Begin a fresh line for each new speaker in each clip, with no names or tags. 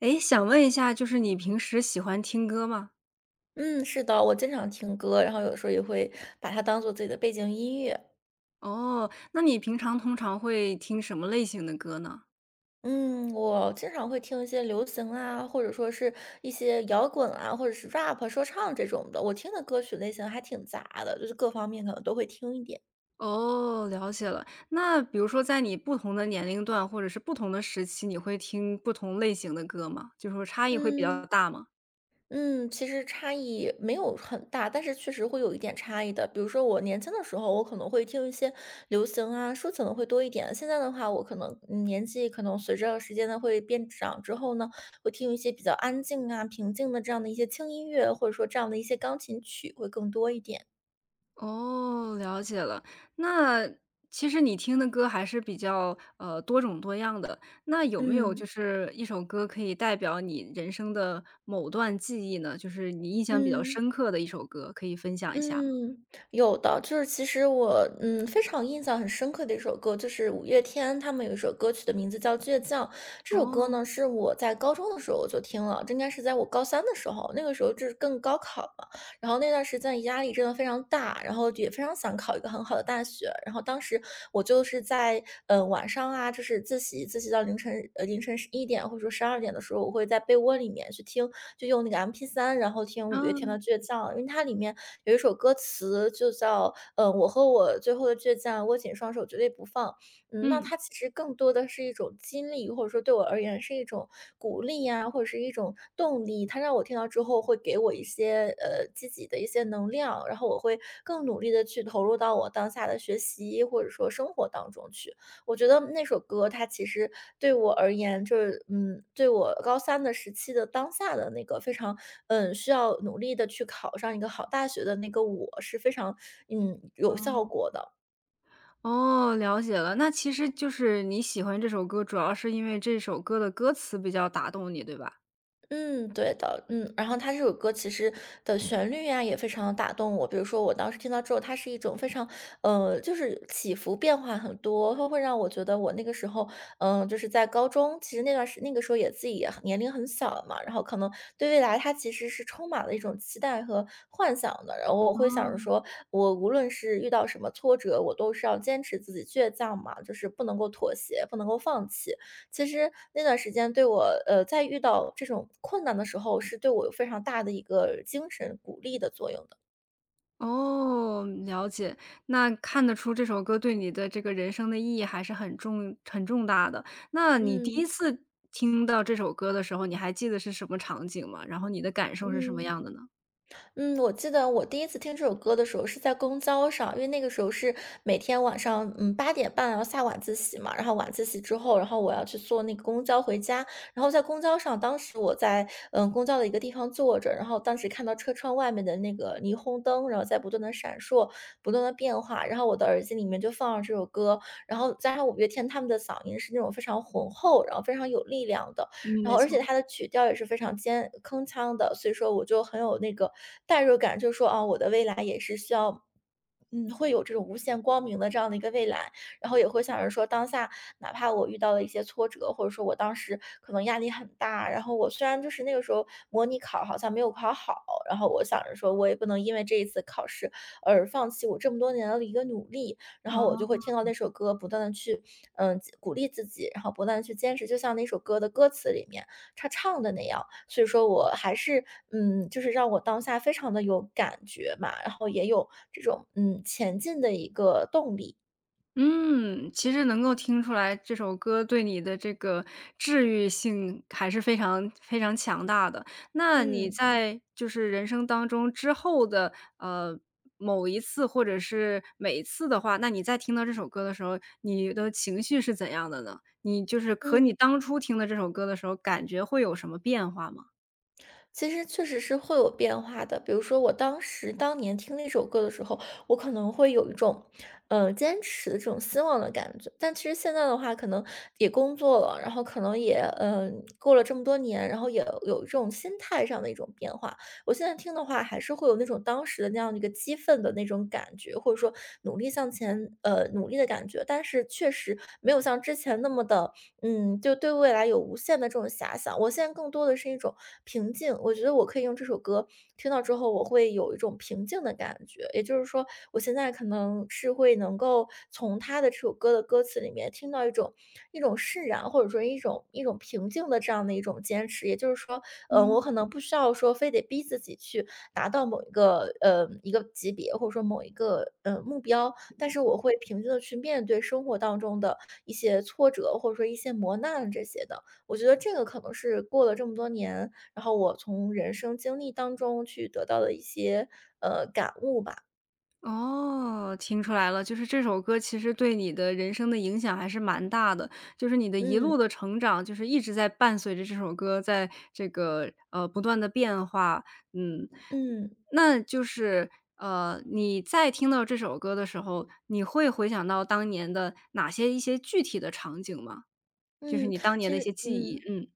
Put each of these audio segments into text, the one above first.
诶，想问一下，就是你平时喜欢听歌吗？
嗯，是的，我经常听歌，然后有时候也会把它当做自己的背景音乐。
哦，那你平常通常会听什么类型的歌呢？
嗯，我经常会听一些流行啊，或者说是一些摇滚啊，或者是 rap 啊说唱这种的。我听的歌曲类型还挺杂的，就是各方面可能都会听一点。
哦，了解了。那比如说在你不同的年龄段，或者是不同的时期，你会听不同类型的歌吗？就是说差异会比较
嗯。
大吗？
嗯，其实差异没有很大，但是确实会有一点差异的。比如说我年轻的时候，我可能会听一些流行啊、抒情的会多一点。现在的话，我可能年纪可能随着时间的会变长之后呢，会听一些比较安静啊、平静的这样的一些轻音乐，或者说这样的一些钢琴曲会更多一点。
哦，了解了。那其实你听的歌还是比较，多种多样的。那有没有就
嗯
是一首歌可以代表你人生的某段记忆呢？就是你印象比较
嗯。
深刻的一首歌，可以分享一下吗？
嗯，有的，就是其实我非常印象很深刻的一首歌，就是五月天他们有一首歌曲的名字叫《倔强》。这首歌
哦，
呢是我在高中的时候我就听了，这应该是在我高三的时候，那个时候就是更高考嘛。然后那段时间压力真的非常大，然后也非常想考一个很好的大学。然后当时我就是在晚上啊，就是自习到凌晨11点或者说12点的时候，我会在被窝里面去听，就用那个 m p 三，然后听五月天的
嗯，
《倔强》，因为它里面有一首歌词就叫我和我最后的倔强，握紧双手绝对不放。嗯，那
嗯，
它其实更多的是一种激励，或者说对我而言是一种鼓励呀，或者是一种动力。它让我听到之后会给我一些积极的一些能量，然后我会更努力的去投入到我当下的学习或者说生活当中去。我觉得那首歌它其实对我而言，就是对我高三的时期的当下的那个非常需要努力的去考上一个好大学的那个我是非常有效
哦，
果的。
哦，了解了。那其实就是你喜欢这首歌，主要是因为这首歌的歌词比较打动你，对吧？
嗯，对的，嗯，然后他这首歌其实的旋律呀、也非常地打动我。比如说我当时听到之后，它是一种非常，就是起伏变化很多，它会让我觉得我那个时候，就是在高中，其实那个时候也自己也年龄很小嘛，然后可能对未来它其实是充满了一种期待和幻想的。然后我会想着
哦。
说，我无论是遇到什么挫折，我都是要坚持自己倔强嘛，就是不能够妥协，不能够放弃。其实那段时间对我，在遇到这种困难的时候，是对我有非常大的一个精神鼓励的作用的。
哦，了解。那看得出这首歌对你的这个人生的意义还是很重很重大的。那你第
嗯
一次听到这首歌的时候，你还记得是什么场景吗？然后你的感受是什么
嗯。
样的呢？
嗯，我记得我第一次听这首歌的时候是在公交上，因为那个时候是每天晚上，8点半要下晚自习嘛，然后晚自习之后，然后我要去坐那个公交回家，然后在公交上，当时我在公交的一个地方坐着，然后当时看到车窗外面的那个霓虹灯，然后在不断的闪烁，不断的变化，然后我的耳机里面就放了这首歌，然后加上五月天他们的嗓音是那种非常浑厚，然后非常有力量的，
嗯，
然
没
后而
错，
且它的曲调也是非常尖铿锵的，所以说我就很有那个代入感，就说啊，我的未来也是需要会有这种无限光明的这样的一个未来，然后也会想着说，当下哪怕我遇到了一些挫折，或者说我当时可能压力很大，然后我虽然就是那个时候模拟考好像没有考好，然后我想着说我也不能因为这一次考试而放弃我这么多年的一个努力，然后我就
哦。
会听到那首歌，不断的去鼓励自己，然后不断的去坚持，就像那首歌的歌词里面，他唱的那样。所以说我还是就是让我当下非常的有感觉嘛，然后也有这种，前进的一个动力。
嗯，其实能够听出来这首歌对你的这个治愈性还是非常非常强大的。那你
嗯。
在就是人生当中之后的呃某一次或者是每一次的话，那你在听到这首歌的时候，你的情绪是怎样的呢？你就是和你
嗯。
当初听的这首歌的时候，感觉会有什么变化吗？
其实确实是会有变化的。比如说我当时当年听那首歌的时候，我可能会有一种，坚持的这种希望的感觉。但其实现在的话，可能也工作了，然后可能也，过了这么多年，然后也有这种心态上的一种变化。我现在听的话，还是会有那种当时的那样的一个激愤的那种感觉，或者说努力向前，努力的感觉。但是确实没有像之前那么的就对未来有无限的这种遐想。我现在更多的是一种平静，我觉得我可以用这首歌听到之后，我会有一种平静的感觉。也就是说，我现在可能是会能够从他的这首歌的歌词里面听到一种释然，或者说一种平静的这样的一种坚持。也就是说，我可能不需要说非得逼自己去达到某一个呃一个级别，或者说某一个目标，但是我会平静的去面对生活当中的一些挫折，或者说一些磨难这些的。我觉得这个可能是过了这么多年，然后我从人生经历当中去得到的一些，感悟吧。
哦，听出来了，就是这首歌其实对你的人生的影响还是蛮大的，就是你的一
嗯，
路的成长，就是一直在伴随着这首歌，在这个不断的变化，嗯，
嗯。
那就是你在听到这首歌的时候，你会回想到当年的哪些一些具体的场景吗？就是
嗯，
你当年
其
的一些
实
记忆，
嗯，
嗯，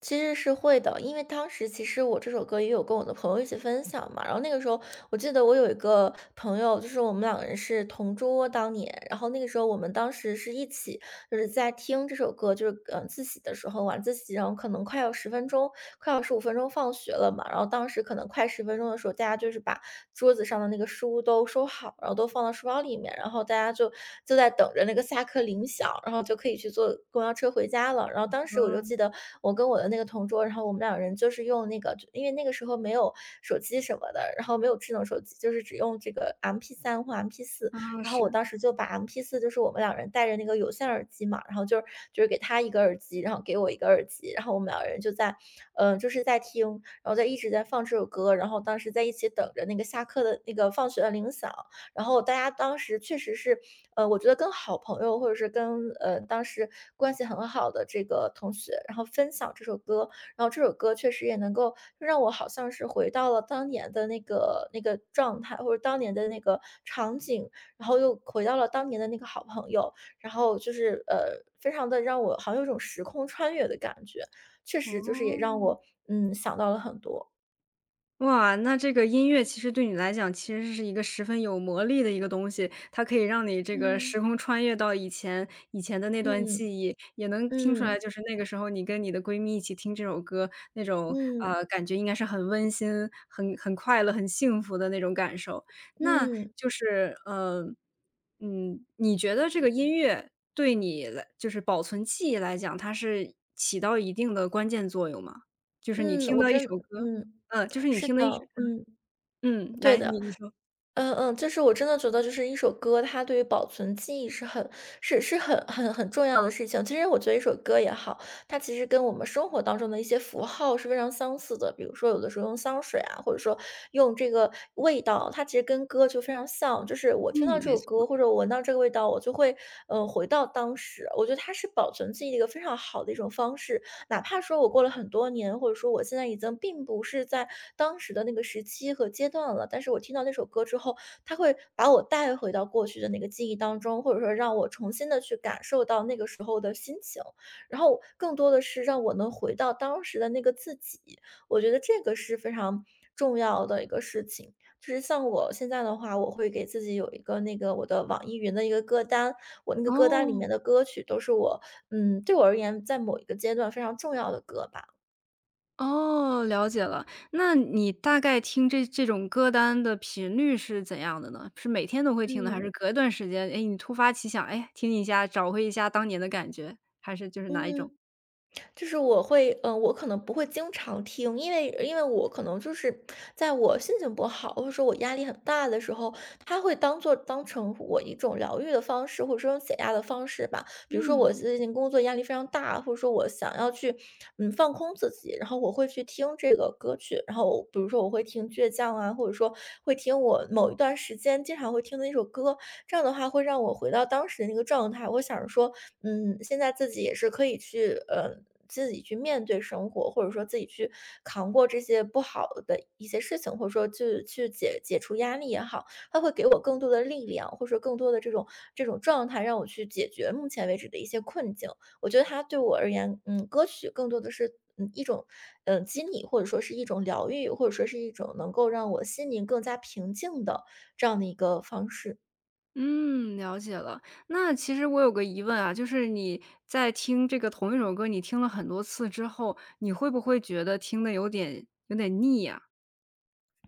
其实是会的。因为当时其实我这首歌也有跟我的朋友一起分享嘛，然后那个时候我记得我有一个朋友，就是我们两个人是同桌当年，然后那个时候我们当时是一起就是在听这首歌，就是自习的时候晚自习，然后可能快要十分钟，快要15分钟放学了嘛，然后当时可能快十分。十分钟的时候，大家就是把桌子上的那个书都收好，然后都放到书包里面，然后大家就在等着那个下课铃响，然后就可以去坐公交车回家了。然后当时我就记得我跟我的那个同桌，然后我们两人就是用那个因为那个时候没有手机什么的，然后没有智能手机，就是只用这个 m p 三或 MP4。
啊，
然后我
是，
当时就把 m p 四，就是我们两人戴着那个有线耳机嘛，然后就是给他一个耳机，然后给我一个耳机，然后我们两人就在，就是在听然后在一直在放这首歌，然后当时在一起等着那个下课的那个放学的铃响，然后大家当时确实是，我觉得跟好朋友或者是跟当时关系很好的这个同学，然后分享这首歌，然后这首歌确实也能够让我好像是回到了当年的那个状态，或者当年的那个场景，然后又回到了当年的那个好朋友，然后就是非常的让我好像有一种时空穿越的感觉。确实就是也让
哦。
我，想到了很多。
哇，那这个音乐其实对你来讲，其实是一个十分有魔力的一个东西，它可以让你这个
嗯。
时空穿越到以前以前的那段
嗯，
记忆，也能听出
嗯，
来，就是那个时候你跟你的闺蜜一起听这首歌，那种
嗯，
感觉应该是很温馨、很快乐、很幸福的那种感受。那
嗯，
就是你觉得这个音乐对你来，就是保存记忆来讲，它是起到一定的关键作用吗？就是你
嗯，
听
我
到一
真
首歌
嗯，
嗯，就是你
是
听的一
的，
直
嗯，
嗯，
对
来，
的。
你说。
嗯嗯，就是我真的觉得就是一首歌，它对于保存记忆是很重要的事情。其实我觉得一首歌也好，它其实跟我们生活当中的一些符号是非常相似的。比如说有的时候用香水啊，或者说用这个味道，它其实跟歌就非常像。就是我
嗯，
听到这
没
首歌
错。
或者我闻到这个味道，我就会回到当时。我觉得它是保存记忆的一个非常好的一种方式。哪怕说我过了很多年，或者说我现在已经并不是在当时的那个时期和阶段了，但是我听到那首歌之后，它会把我带回到过去的那个记忆当中，或者说让我重新的去感受到那个时候的心情，然后更多的是让我能回到当时的那个自己。我觉得这个是非常重要的一个事情。就是像我现在的话，我会给自己有一个那个我的网易云的一个歌单，我那个歌单里
哦，
面的歌曲都是我对我而言，在某一个阶段非常重要的歌吧。
哦，了解了。那你大概听这这种歌单的频率是怎样的呢？是每天都会听的，还
嗯。
是隔一段时间，哎，你突发奇想，哎，听一下，找回一下当年的感觉，还是就是哪一
嗯，
种？
就是我会我可能不会经常听，因为我可能就是在我心情不好，或者说我压力很大的时候，它会当做当成我一种疗愈的方式，或者说解压的方式吧。比如说
嗯，
我最近工作压力非常大，或者说我想要去，放空自己，然后我会去听这个歌曲，然后我比如说我会听倔强啊，或者说会听我某一段时间经常会听的一首歌，这样的话会让我回到当时的那个状态。我想着说，现在自己也是可以去，自己去面对生活，或者说自己去扛过这些不好的一些事情，或者说去解解除压力也好，它会给我更多的力量，或者说更多的这种状态，让我去解决目前为止的一些困境。我觉得它对我而言，歌曲更多的是。嗯，一种，激励或者说是一种疗愈，或者说是一种能够让我心灵更加平静的这样的一个方式。
嗯，了解了。那其实我有个疑问啊，就是你在听这个同一首歌，你听了很多次之后，你会不会觉得听的有点腻呀？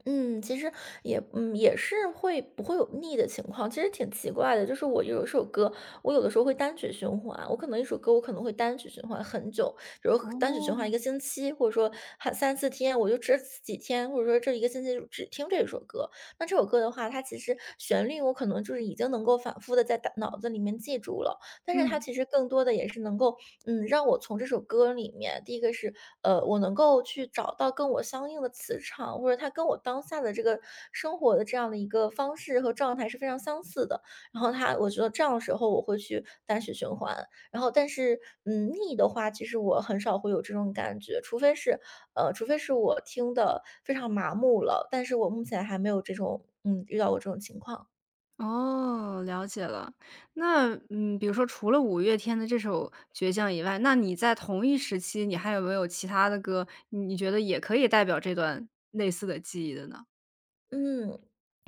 嗯，其实也是会不会有腻的情况，其实挺奇怪的。就是我有一首歌，我有的时候会单曲循环，我可能一首歌我可能会单曲循环很久，比如单曲循
哦，
环一个星期，或者说还三四天，我就这几天，或者说这一个星期就只听这首歌。那这首歌的话，它其实旋律我可能就是已经能够反复的在大脑子里面记住了，但是它
嗯。
其实更多的也是能够让我从这首歌里面，第一个是，我能够去找到跟我相应的磁场，或者它跟我当下的这个生活的这样的一个方式和状态是非常相似的。然后它，我觉得这样的时候我会去单曲循环。然后，但是，逆的话，其实我很少会有这种感觉，除非是，除非是我听的非常麻木了，但是我目前还没有这种，遇到过这种情况。
哦，了解了。那嗯，比如说除了五月天的这首《倔强》以外，那你在同一时期，你还有没有其他的歌，你觉得也可以代表这段类似的记忆的呢？
嗯，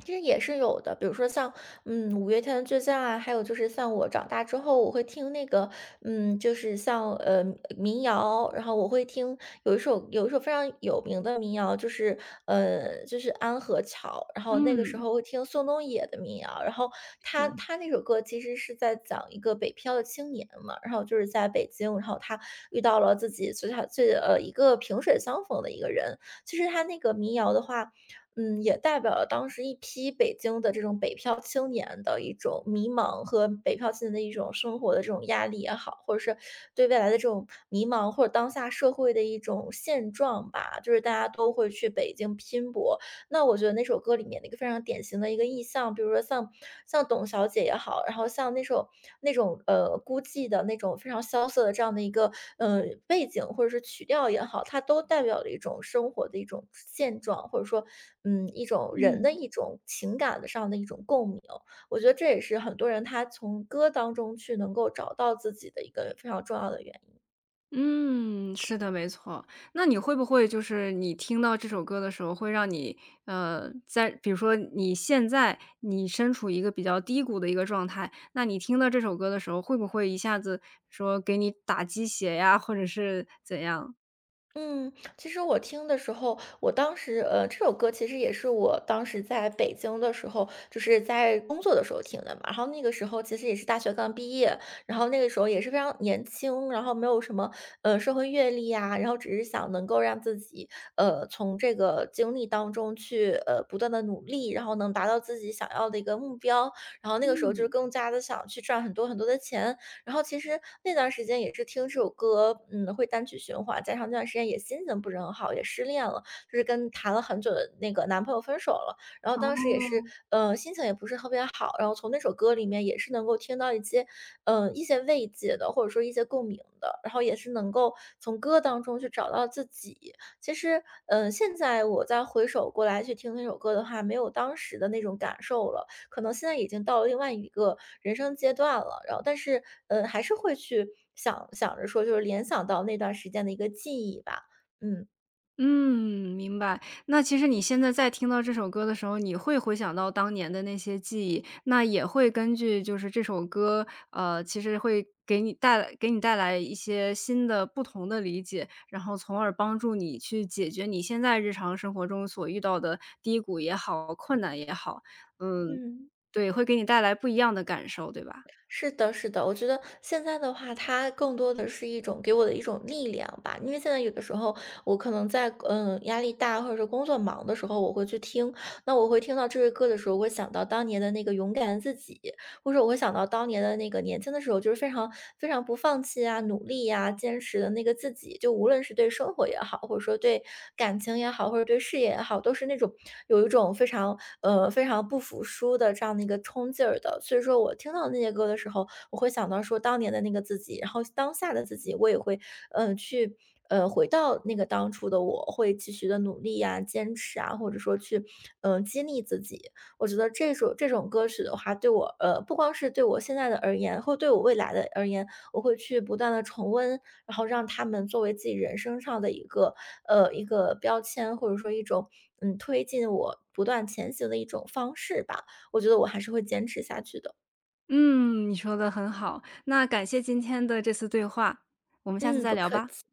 其实也是有的，比如说像，五月天的《倔强》啊，还有就是像我长大之后，我会听那个，就是像民谣，然后我会听有一首非常有名的民谣，就是就是安河桥，然后那个时
嗯，
候会听宋冬野的民谣，然后他
是。
他那首歌其实是在讲一个北漂的青年嘛，然后就是在北京，然后他遇到了自己最好最一个萍水相逢的一个人，其实他那个民谣的话。也代表了当时一批北京的这种北漂青年的一种迷茫和北漂青年的一种生活的这种压力也好，或者是对未来的这种迷茫，或者当下社会的一种现状吧。就是大家都会去北京拼搏，那我觉得那首歌里面的一个非常典型的一个意象，比如说像董小姐也好，然后像那首那种孤寂的那种非常萧瑟的这样的一个背景或者是曲调也好，它都代表了一种生活的一种现状，或者说一种人
嗯。
的一种情感的上的一种共鸣。我觉得这也是很多人他从歌当中去能够找到自己的一个非常重要的原因。
嗯，是的，没错。那你会不会就是你听到这首歌的时候，会让你在比如说你现在你身处一个比较低谷的一个状态，那你听到这首歌的时候，会不会一下子说给你打鸡血呀，或者是怎样？
嗯，其实我听的时候，我当时这首歌其实也是我当时在北京的时候，就是在工作的时候听的嘛。然后那个时候其实也是大学刚毕业，然后那个时候也是非常年轻，然后没有什么社会阅历啊，然后只是想能够让自己从这个经历当中去不断的努力，然后能达到自己想要的一个目标。然后那个时候就是
嗯，
更加的想去赚很多很多的钱，然后其实那段时间也是听这首歌，会单曲循环，加上那段时间也心情不是很好，也失恋了，就是跟谈了很久的那个男朋友分手了。然后当时也是，
哦，
心情也不是特别好，然后从那首歌里面也是能够听到一些，一些慰藉的，或者说一些共鸣的，然后也是能够从歌当中去找到自己。其实，现在我再回首过来去听那首歌的话，没有当时的那种感受了。可能现在已经到了另外一个人生阶段了，然后但是，还是会去想着说，就是联想到那段时间的一个记忆吧。嗯。
嗯，明白。那其实你现在在听到这首歌的时候，你会回想到当年的那些记忆，那也会根据就是这首歌，呃，其实会给你带来一些新的不同的理解，然后从而帮助你去解决你现在日常生活中所遇到的低谷也好，困难也好，嗯，
嗯。
对，会给你带来不一样的感受，对吧？
是的是的，我觉得现在的话，它更多的是一种给我的一种力量吧。因为现在有的时候，我可能在，压力大或者是工作忙的时候，我会去听，那我会听到这首歌的时候，我会想到当年的那个勇敢的自己。或者说我会想到当年的那个年轻的时候，就是非常非常不放弃啊、努力呀、坚持的那个自己，就无论是对生活也好，或者说对感情也好，或者对事业也好，都是那种有一种非常非常不服输的这样的一个冲劲儿的。所以说我听到那些歌的时候，我会想到说当年的那个自己，然后当下的自己，我也会去。回到那个当初的我，会继续的努力呀、坚持啊，或者说去，激励自己。我觉得这种歌曲的话，对我不光是对我现在的而言，或对我未来的而言，我会去不断的重温，然后让他们作为自己人生上的一个一个标签，或者说一种，推进我不断前行的一种方式吧。我觉得我还是会坚持下去的。
嗯，你说的很好，那感谢今天的这次对话，我们下次
嗯，
再
不
聊
客
吧。
气，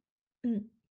嗯。